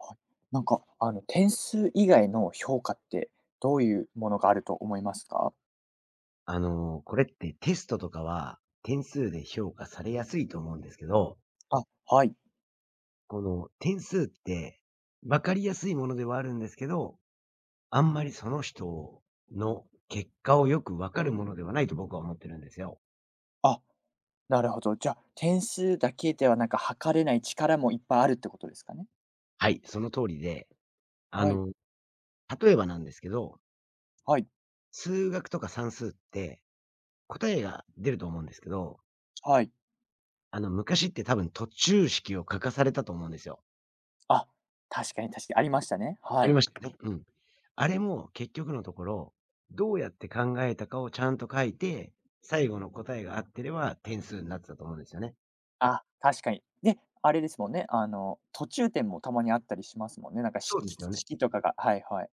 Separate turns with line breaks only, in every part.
はい。なんか、点数以外の評価ってどういうものがあると思いますか？
これってテストとかは、点数で評価されやすいと思うんですけど、
あ、はい。
この点数って、わかりやすいものではあるんですけど、あんまりその人の結果をよくわかるものではないと僕は思ってるんですよ。
あ、なるほど。じゃあ、点数だけではなんか測れない力もいっぱいあるってことですかね？
はい、その通りで、あ
はい、
の、例えばなんですけど、
はい、
数学とか算数って答えが出ると思うんですけど、
はい。
昔って多分途中式を書かされたと思うんですよ。
あ、確かに確かに、ありましたね。
あ
は
り
い。
ましたよね。うん。あれも結局のところ、どうやって考えたかをちゃんと書いて、最後の答えが合ってれば点数になってたと思うんですよね。
あ、確かに。で、あれですもんね、途中点もたまにあったりしますもんね。なんか
そうですよね。
式とかがはいはい。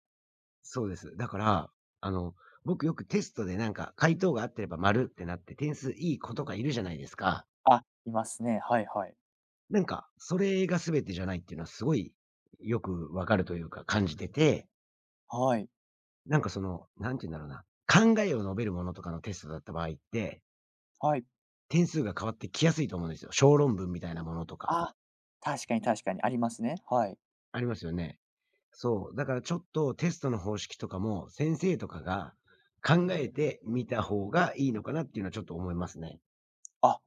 そうです。だから、あの、僕よくテストでなんか回答が合ってれば丸ってなって点数いい子とかいるじゃないですか。
あ、いますね。はいはい。
なんか、それが全てじゃないっていうのはすごいよくわかるというか感じてて、
はい、
なんかその、なんて言うんだろうな、考えを述べるものとかのテストだった場合って、
はい。
点数が変わってきやすいと思うんですよ。小論文みたいなものとか。
あ、確かに確かに、ありますね。はい。
ありますよね。そう。だからちょっとテストの方式とかも、先生とかが考えてみた方がいいのかなっていうのはちょっと思いますね。
あ、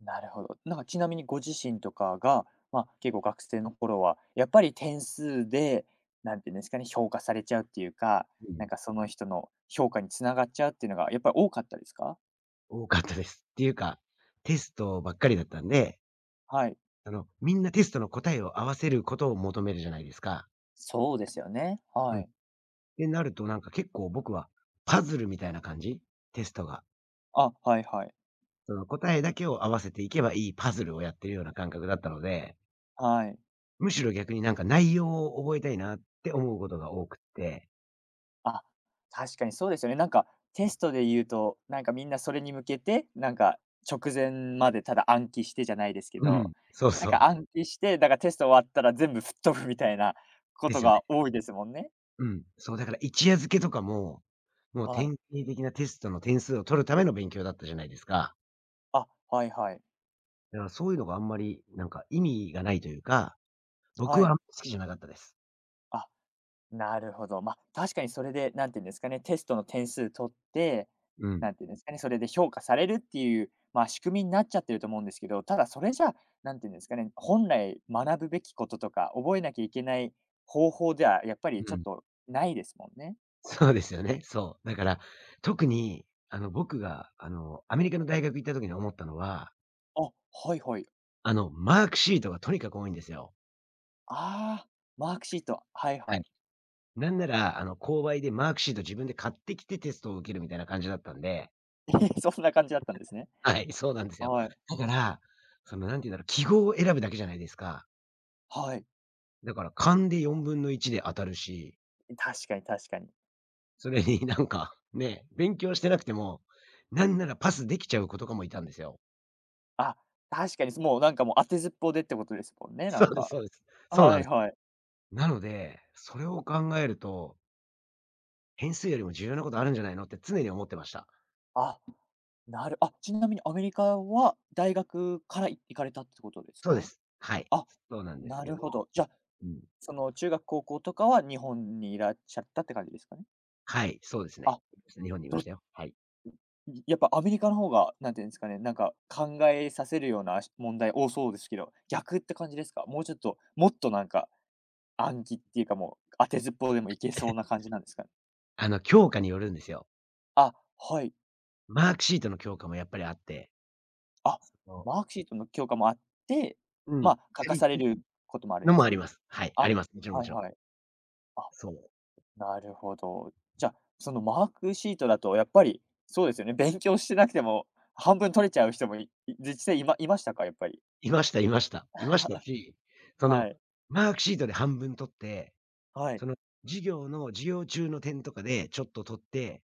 なるほど。なんかちなみにご自身とかが、まあ、結構学生の頃は、やっぱり点数で、なんていうんですかね、評価されちゃうっていうか、
うん。
なんかその人の評価に繋がっちゃうっていうのがやっぱり多かったですか？
多かったです。っていうか、テストばっかりだったんで、
はい。
みんなテストの答えを合わせることを求めるじゃないですか。
そうですよね。
うん。
は
っ
い。
てなるとなんか結構僕はパズルみたいな感じテストが。
あ、はいはい。
その答えだけを合わせていけばいいパズルをやってるような感覚だったので、
はい。
むしろ逆になんか内容を覚えたいなって思うことが多くって。
あ、確かにそうですよね。なんかテストで言うと、なんかみんなそれに向けて、なんか直前までただ暗記してじゃないですけ
うん、
ど、
そう
なん
そ
か
う。
暗記して、だからテスト終わったら全部吹っ飛ぶみたいなこ
で
と
すよね。
が多いですもんね。
うん。そう、だから一夜漬けとかも、もう
は
典
い。
型的なテストの点数を取るための勉強だったじゃないですか。
あ、はいはい。
だからそういうのがあんまり、なんか意味がないというか、僕
は
はあん
い。
まり好きじゃなかったです。
あなるほど。まあ、確かにそれで、なんていうんですかね、テストの点数取って、
うん。
なんていうんですかね、それで評価されるっていう、まあ、仕組みになっちゃってると思うんですけど、ただそれじゃ、なんていうんですかね、本来学ぶべきこととか、覚えなきゃいけない方法ではやっぱり
う
ちょっ
ん。
とないですもんね。
そうですよね。そう。だから、特に、僕が、アメリカの大学行った時に思ったのは、
あ、はいはい。
マークシートがとにかく多いんですよ。
ああ、マークシート、はい
は
は
い。
い。
なんなら、購買でマークシート自分で買ってきてテストを受けるみたいな感じだったんで。
そんな感じだったんですね。
はい、そうなんですよ。
はい、
だから、そのなんて言うんだろう、記号を選ぶだけじゃないですか。
はい。
だから勘で4分の1で当たるし、
確かに確かに。
それになんか、ね、勉強してなくても、なんならパスできちゃう子とかもいたんですよ。
あ、確かに、もうなんかもう当てずっぽうでってことですもんね、な
そ
ん
うです
か。
そうです。そうな
は
んで
い
す。
はい。
なので、それを考えると、変数よりも重要なことあるんじゃないのって常に思ってました。
あなるあ、ちなみにアメリカは大学から行かれたってことです
そうで
か？
す。はい。
あ、
そうなんです
な
けど、
るほど。じゃ、
うん。
その中学、高校とかは日本にいらっしゃったって感じですかね？
はい、そうですね。
あ、
日本にいま
ど
したよ。はい。
いやっぱアメリカの方が、なんていうんですかね、なんか考えさせるような問題多そうですけど、逆って感じですか？もうちょっと、もっとなんか、暗記っていうかもう、当てずっぽうでもいけそうな感じなんですかね？
教科によるんですよ。
あ、はい。
マークシートの教科もやっぱりあって、
あ、
その、
マークシートの教科もあって、
うん、や
まあ、書か
り
され
つ
ることもあるん
の
で
も
す
あ
ね。
ります。はい、あ
あ、
ります。もちろんも
はい
ちろん。
はい。あ、
そう。
なるほど。じゃあ、そのマークシートだとやっぱり、そうですよね、勉強してなくても半分取れちゃう人も、実際いましたか？やっぱり。
いましたいました。いましたし、そ
は
の、
い。
マークシートで半分取って、
はい。
その、授業中の点とかでちょっと取って、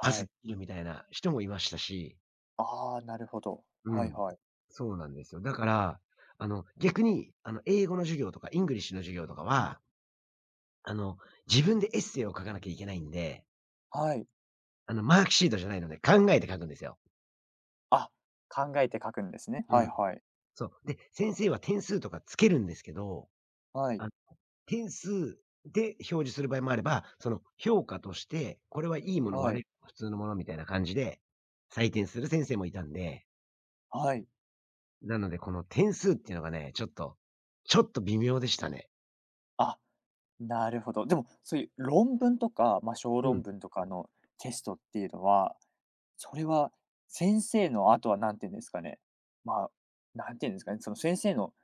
パスで
い。
きるみたいな人もいましたし、
ああ、なるほど。
う
はい
ん。
はい。
そうなんですよ。だから、逆に、英語の授業とか、イングリッシュの授業とかは、あの、自分でエッセイを書かなきゃいけないんで、
はい。
マークシートじゃないので考えて書くんですよ。
あ、考えて書くんですね。
う
は
ん。
いはい。
そう。で、先生は点数とかつけるんですけど、
はい。
あ、点数で表示する場合もあれば、その評価として、これはいいもの、
は
悪い
い。
もの、普通のものみたいな感じで、採点する先生もいたんで、
はい。
なのでこの点数っていうのがね、ちょっと、微妙でしたね。
あ、なるほど。でも、そういう論文とか、まあ、小
うん、
論文とかのテストっていうのは、それは先生のあとは何て言うんですかね、まあ、なんて言うんですかね、その先生の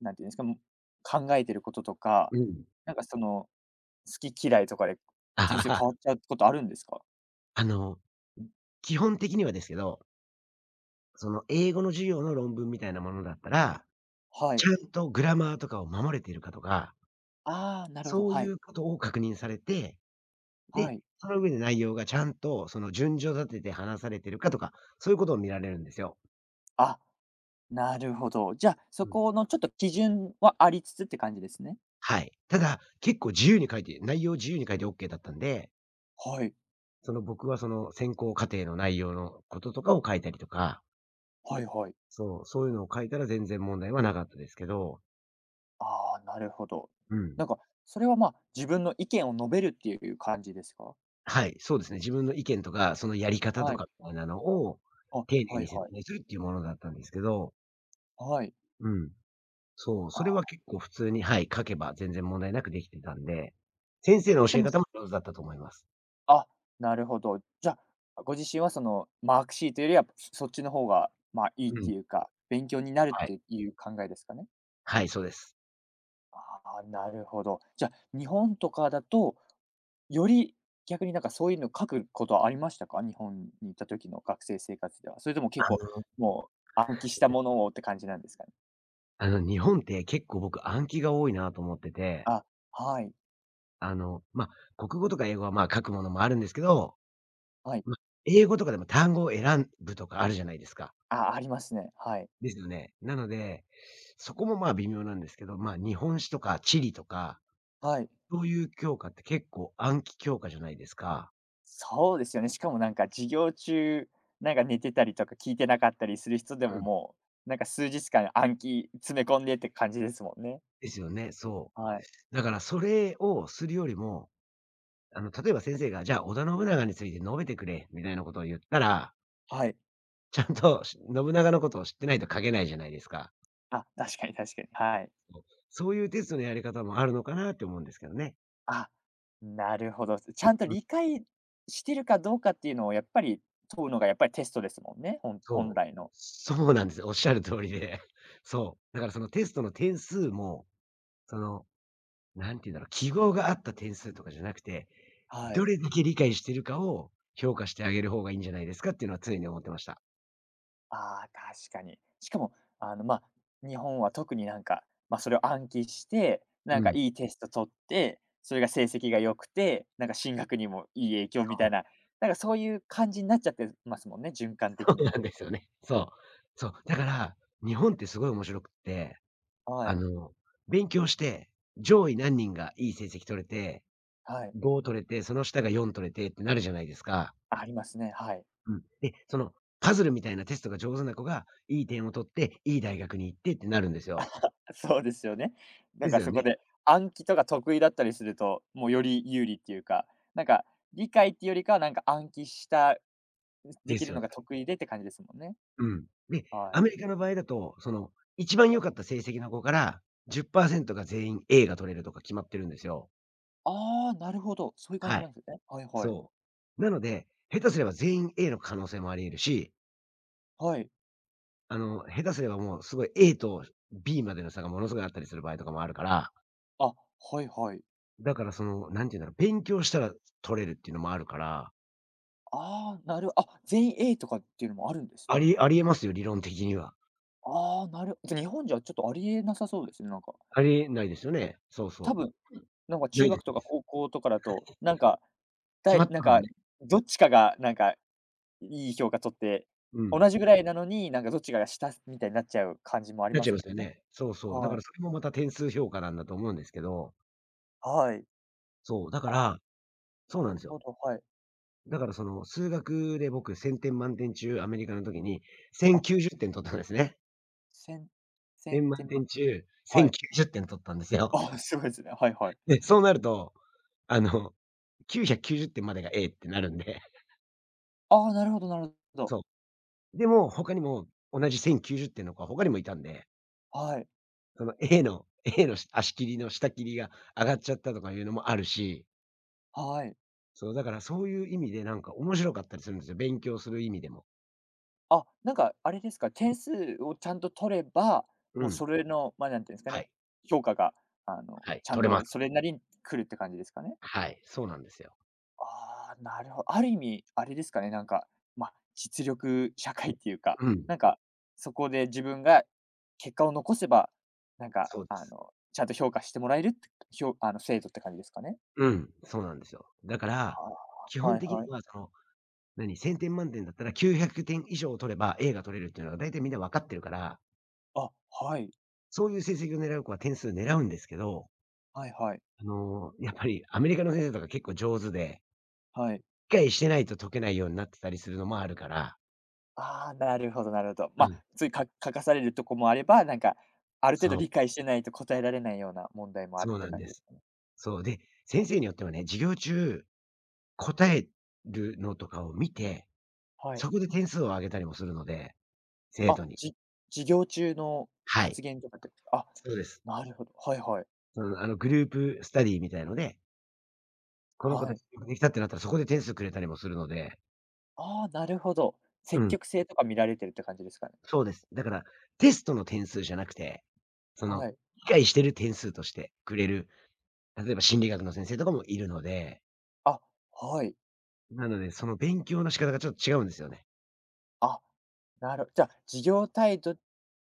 なんていうんですか、考えてることとか、
うん。
なんかその、好き嫌いとかで先生変わっ ちゃうことあるんですか？
あの、基本的にはですけど、その英語の授業の論文みたいなものだったら、
は
ち
い。
ゃんとグラマーとかを守れているかとか、
ああ、なるほど、
そう
は
い
い。
うことを確認されて、
は
で、
い。
その上で内容がちゃんとその順序立てて話されてるかとか、そういうことを見られるんですよ。
あ、なるほど。じゃあ、そ
うん。
このちょっと基準はありつつって感じですね。
はい。ただ、結構自由に書いて内容を自由に書いてオッケーだったんで、
はい。
その僕はその選考過程の内容のこととかを書いたりとか、
はいはい。
そう、そういうのを書いたら全然問題はなかったですけど、
ああ、なるほど。
うん。
なんか、それは、ま、あ自分の意見を述べるっていう感じですか？
はい、そうですね。自分の意見とか、そのやり方と
はい。
かみたいなのを
あ、
丁寧
は
に
い
説
はい。
明するっていうものだったんですけど、
はい。
うん。そう、
あ
それは
あ。
結構普通に、はい、書けば全然問題なくできてたんで、先生の
で
教え
も
方も上手だったと思います。
あ、なるほど。じゃあ、ご自身はそのマークシートよりは、そっちの方が、まあ、いいっ
うん、
ていうか、勉強になるっ
はい。
ていう考えですかね？
はい、そうです。
ああ、なるほど。じゃ、あ日本とかだと、より逆になんかそういうの書くことはありましたか？日本に行った時の学生生活では。それとも結
あ
構、
の、
もう暗記したものをって感じなんですかね？
日本って結構僕暗記が多いなと思ってて、
あ、はい、
ま、国語とか英語は、ま、書くものもあるんですけど、
はい。
ま、英語とかでも単語を選ぶとかあるじゃないですか。
あ、ありますね。はい。
ですよね。なので、そこも、ま、微妙なんですけど、ま、日本史とか地理とか、
はい。
そういう教科って結構暗記教科じゃないですか。
そうですよね。しかもなんか授業中、なんか寝てたりとか聞いてなかったりする人で
う
も
ん。
もう、なんか数日間暗記詰め込んでって感じですもんね。
ですよね、そ
はい。
う。だからそれをするよりも、例えば先生が、じゃあ、織田信長について述べてくれみたいなことを言ったら、
はい。
ちゃんと信長のことを知ってないと書けないじゃないですか。
あ、確かに確かに。はい。
そう。そういうテストのやり方もあるのかなって思うんですけどね。
あ、なるほど。ちゃんと
うん、
理解してるかどうかっていうのをやっぱり問うのがやっぱりテストですもんね、本
そう。
来の。
そうなんですよ。おっしゃる通りで。そう。だからそのテストの点数も、その、何て言うんだろう、記号があった点数とかじゃなくて、
は
ど
い。
れだけ理解してるかを評価してあげる方がいいんじゃないですかっていうのは常に思ってました。
ああ、確かに。しかも、まあ、日本は特になんか、まあ、それを暗記して、
う
なんか
ん、
いいテスト取って、それが成績が良くて、なんか進学にもいい影響み
そ
たい
う。
な、なんかそういう感じになっちゃってますもんね、循環
そ
的
うな
に。
んですよね。そう。そう。だから、日本ってすごい面白くって、
は
あ
い、
の、勉強して、上位何人がいい成績取れて、
はい。
5取れて、その下が4取れてってなるじゃないですか。
ありますね、はい。
うん。で、その、パズルみたいなテストが上手な子が、いい点を取って、いい大学に行ってってなるんですよ。
そうですよね。な
で
ん
す
か
よ
そこ
ね。
で、暗記とか得意だったりすると、もうより有利っていうか、なんか理解っていうよりかは、なんか暗記したで
で
き
す
る
よ
の
ね。
が得意でって感じですもんね。
うん。で、
は
アメ
い。
リカの場合だと、その、一番良かった成績の子から、10%が全員 A が取れるとか決まってるんですよ。
ああ、なるほど、そういう感
は
じ
い。
なんですね。はいはい。
そう。なので、下手すれば全員 A の可能性もあり得るし、
はい。
下手すればもうすごい A と B までの差がものすごいあったりする場合とかもあるから、
あ、はいはい。
だからその、なんていうんだろう、勉強したら取れるっていうのもあるから、
ああ、なるあ、全員 A とかっていうのもあるんです
あ
ね。
りありえますよ、理論的には。
ああ、なるじゃ、日本じゃちょっとありえなさそうですね、なんか。
ありえないですよね。そう
多
そ
分、
う。
なんか
な
中
いで
学とか
す。
高校とかだと、なんか、
決まって
なん
ますもん
か、
ね。
どっちかがなんか、いい評価取って、
うん。
同じぐらいなのに、なんかどっちかが下みたいになっちゃう感じもあり
なっ
ま
ちゃい
す
ま
も
すよ
んね。
ね。そうそう。だか
は
ら
い、
それもまた点数評価なんだと思うんですけど、
はい。
そう、だか
あ
らそう
な
な
る
んですよ。
ほど、はい。
だからその、数学で僕、1000点満点中アメリカの時に、
あ、
1090点取ったんですね。
せんせん
1000
て
満
んま
点中、
はい。
1090点取ったんですよ。
あ、すごいですね。はいはい。
で、そうなると、あの、990点までが A ってなるんで、
ああ、なるほどなるほ ど。
そう。でも、他にも同じ1090点の子は他にもいたんで、
はい、
A の足切りの下切りが上がっちゃったとかいうのもあるし、
はい。
そう、だからそういう意味でなんか面白かったりするんですよ、勉強する意味でも。
あ、なんかあれですか、点数をちゃんと取れば、
う
もう
ん。
それの、まあ、なんていうんですか
は
ね、
い。
評価が、
はい、
ちゃん
取れま
とそ
す。
れなりに来るって感じですかね？
はい、そうなんですよ。
ああ、なるほどある意味あれですかね、なんか、まあ、実力社会っていうか、
うん、
なんか、そこで自分が結果を残せば、なんか、
そうです。
ちゃんと評価してもらえるって、評あの、制度って感じですかね？
うん、そうなんですよ。だから、
は
基
あ、
本
はい
的に
はい。
はその1000点満点だったら900点以上を取れば A が取れるっていうのは大体みんな分かってるから、
あ、はい。
そういう成績を狙う子は点数狙うんですけど、
はいはい。
やっぱりアメリカの先生とか結構上手で、
はい。
理解してないと解けないようになってたりするのもあるから。
ああ、なるほどなるほど。
う
まあ、
ん、
ついか書かされるとこもあれば、なんか、ある程度
そう、
理解してないと答えられないような問題もある
そ
っ
うな
て
ん
感
で
じです
す。
かね。
そう、で、先生によってはね、授業中、答えるのとかを見て、
はい。
そこで点数を上げたりもするので、生
あ、
徒に。
授業中の
はい、
発言とかってことあ、
そうです。
なるほど。はいはい。
グループスタディみたいので、この子
は
た
い。
ちよくできたってなったら、そこで点数くれたりもするので、
ああ、なるほど。
う
積
ん、
極性とか見られてるって感じですかね。
そうです。だから、テストの点数じゃなくて、そ
は
の、
い。
理解してる点数としてくれる、例えば心理学の先生とかもいるので、
あ、はい。
なので、その勉強の仕方がちょっと違うんですよね。
あ、なるじゃあ、授業態度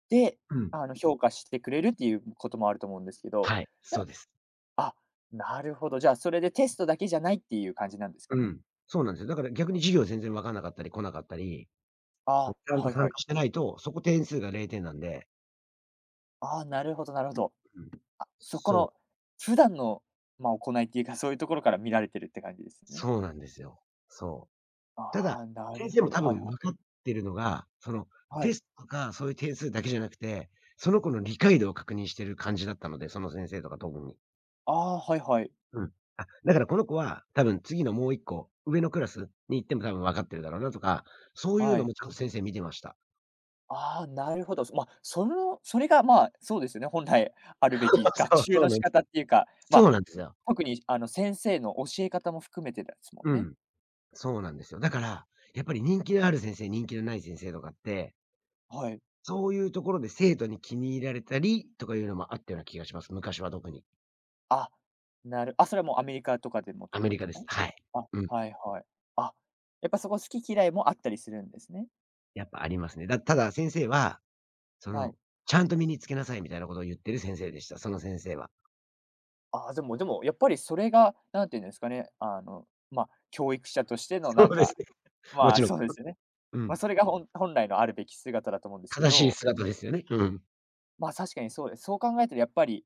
で、
うん。
評価してくれるっていうこともあると思うんですけど、
はい、そうです。
あ、なるほど。じゃあ、それでテストだけじゃないっていう感じなんですか
う
ね？
ん。そうなんですよ。だから逆に授業全然わかんなかったり来なかったり、
あ
そち
あ、
ゃんと
はい
参
はい。
加してないと、そこ点数が0点なんで、
ああ、なるほどなるほど。
うん。
あ、そこ
そ
の
う、
普段の、まあ、行いっていうか、そういうところから見られてるって感じですね。
そうなんですよ。そう。ただ、
ああ、な
先
る
生
ほ
も
ど。
多
はい
分
は
分
い。
かってるのが、その、
は
テ
い。
ストとかそういう点数だけじゃなくて、その子の理解度を確認してる感じだったので、その先生とか特に。
ああ、はいはい。
うん。あ、だからこの子は、多分次のもう一個、上のクラスに行っても多分分かってるだろうなとか、そういう
は
の
い。
もちゃんと先生見てました。
ああ、なるほど。まあ、そのそれが、まあ、そうですよね、本来あるべき 学習
そう
の
なん
仕
です。
方っていうか、ま
そうな
あ、
んですよ。
特に先生の教え方も含めてですも
う
んね。
ん、そうなんですよ。だから、やっぱり人気のある先生、人気のない先生とかって、
はい。
そういうところで生徒に気に入られたりとかいうのもあったような気がします。昔は特に。
あ、なるあ、それはもうアメリカとかでもって
ア
こ
メ
と
リ
で
カ
す
で
か？
す。はい。
あ、
うん。
はいはい。あ、やっぱそこ好き嫌いもあったりするんですね。
やっぱありますね。だただ先生は、そ
は
の、
い。
ちゃんと身につけなさいみたいなことを言ってる先生でした。その先生は。
ああ、でもでもやっぱりそれが、なんていうんですかね、まあ、教育者として の
そ
なん
うです
か、
ね。も
ま
ち
あ、
ろん。
そうですよね。
う
ま
ん。
あ、それが本来のあるべき姿だと思うんですけ
正しい
ど
姿ですよね。うん。
まあ、確かにそうです。そう考えたらやっぱり、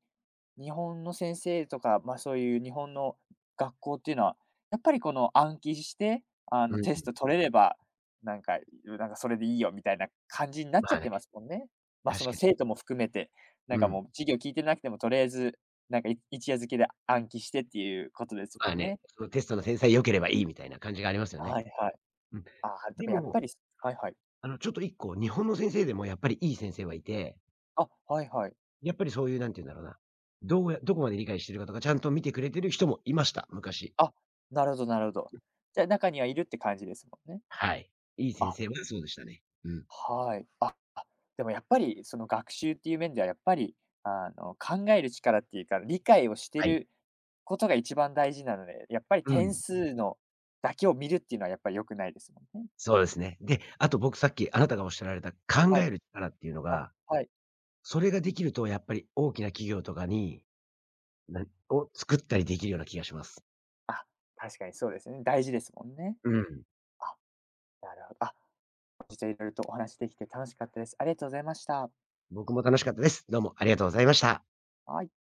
日本の先生とか、ま、あそういう日本の学校っていうのは、やっぱりこの暗記して、
うん
テ
う
ス
ん。
ト取れれば、なんか、なんかそれでいいよみたいな感じになっ
ま
ちゃっ
あね、
てますもんね。ま、あそ
確
の
かに。
生徒も含めて、なん
う
か
ん。
もう授業聞いてなくてもとりあえず、なんか一夜漬けで暗記してっていうことです
ま
も
あ
ん
ね、
ね。
そのテストの天才良ければいいみたいな感じがありますよね。
はいはい。
うん。
ああ、で
で
もやっ
も、
ぱりはいはい。
ちょっと一個、日本の先生でもやっぱりいい先生はいて、
あ、はいはい。
やっぱりそういうなんて言うんだろうな、どうやどこまで理解してるかとか、ちゃんと見てくれてる人もいました、昔。
あ、なるほどなるほど。じゃ、中にはいるって感じですもんね。
はい。いい先
あ
生はそうでしたね。うん。
はい。あ、あ、でもやっぱりその学習っていう面ではやっぱり、考える力っていうか、理解をして
はい。
ることが一番大事なので、やっぱり
う
点
ん。
数のだけを見るっていうのはやっぱり良くないですもんね。
そうですね。で、あと僕さっきあなたがおっしゃられた考
は
え
い。
る力っていうの
あ、
が、
はい。
それができるとやっぱり大きな企業とかに、なを作ったりできるような気がします。
あ、確かにそうですね。大事ですもんね。
うん。
あ、なるほど。あ、本日はいろいろとお話できて楽しかったです。ありがとうございました。
僕も楽しかったです。どうもありがとうございました。
はい。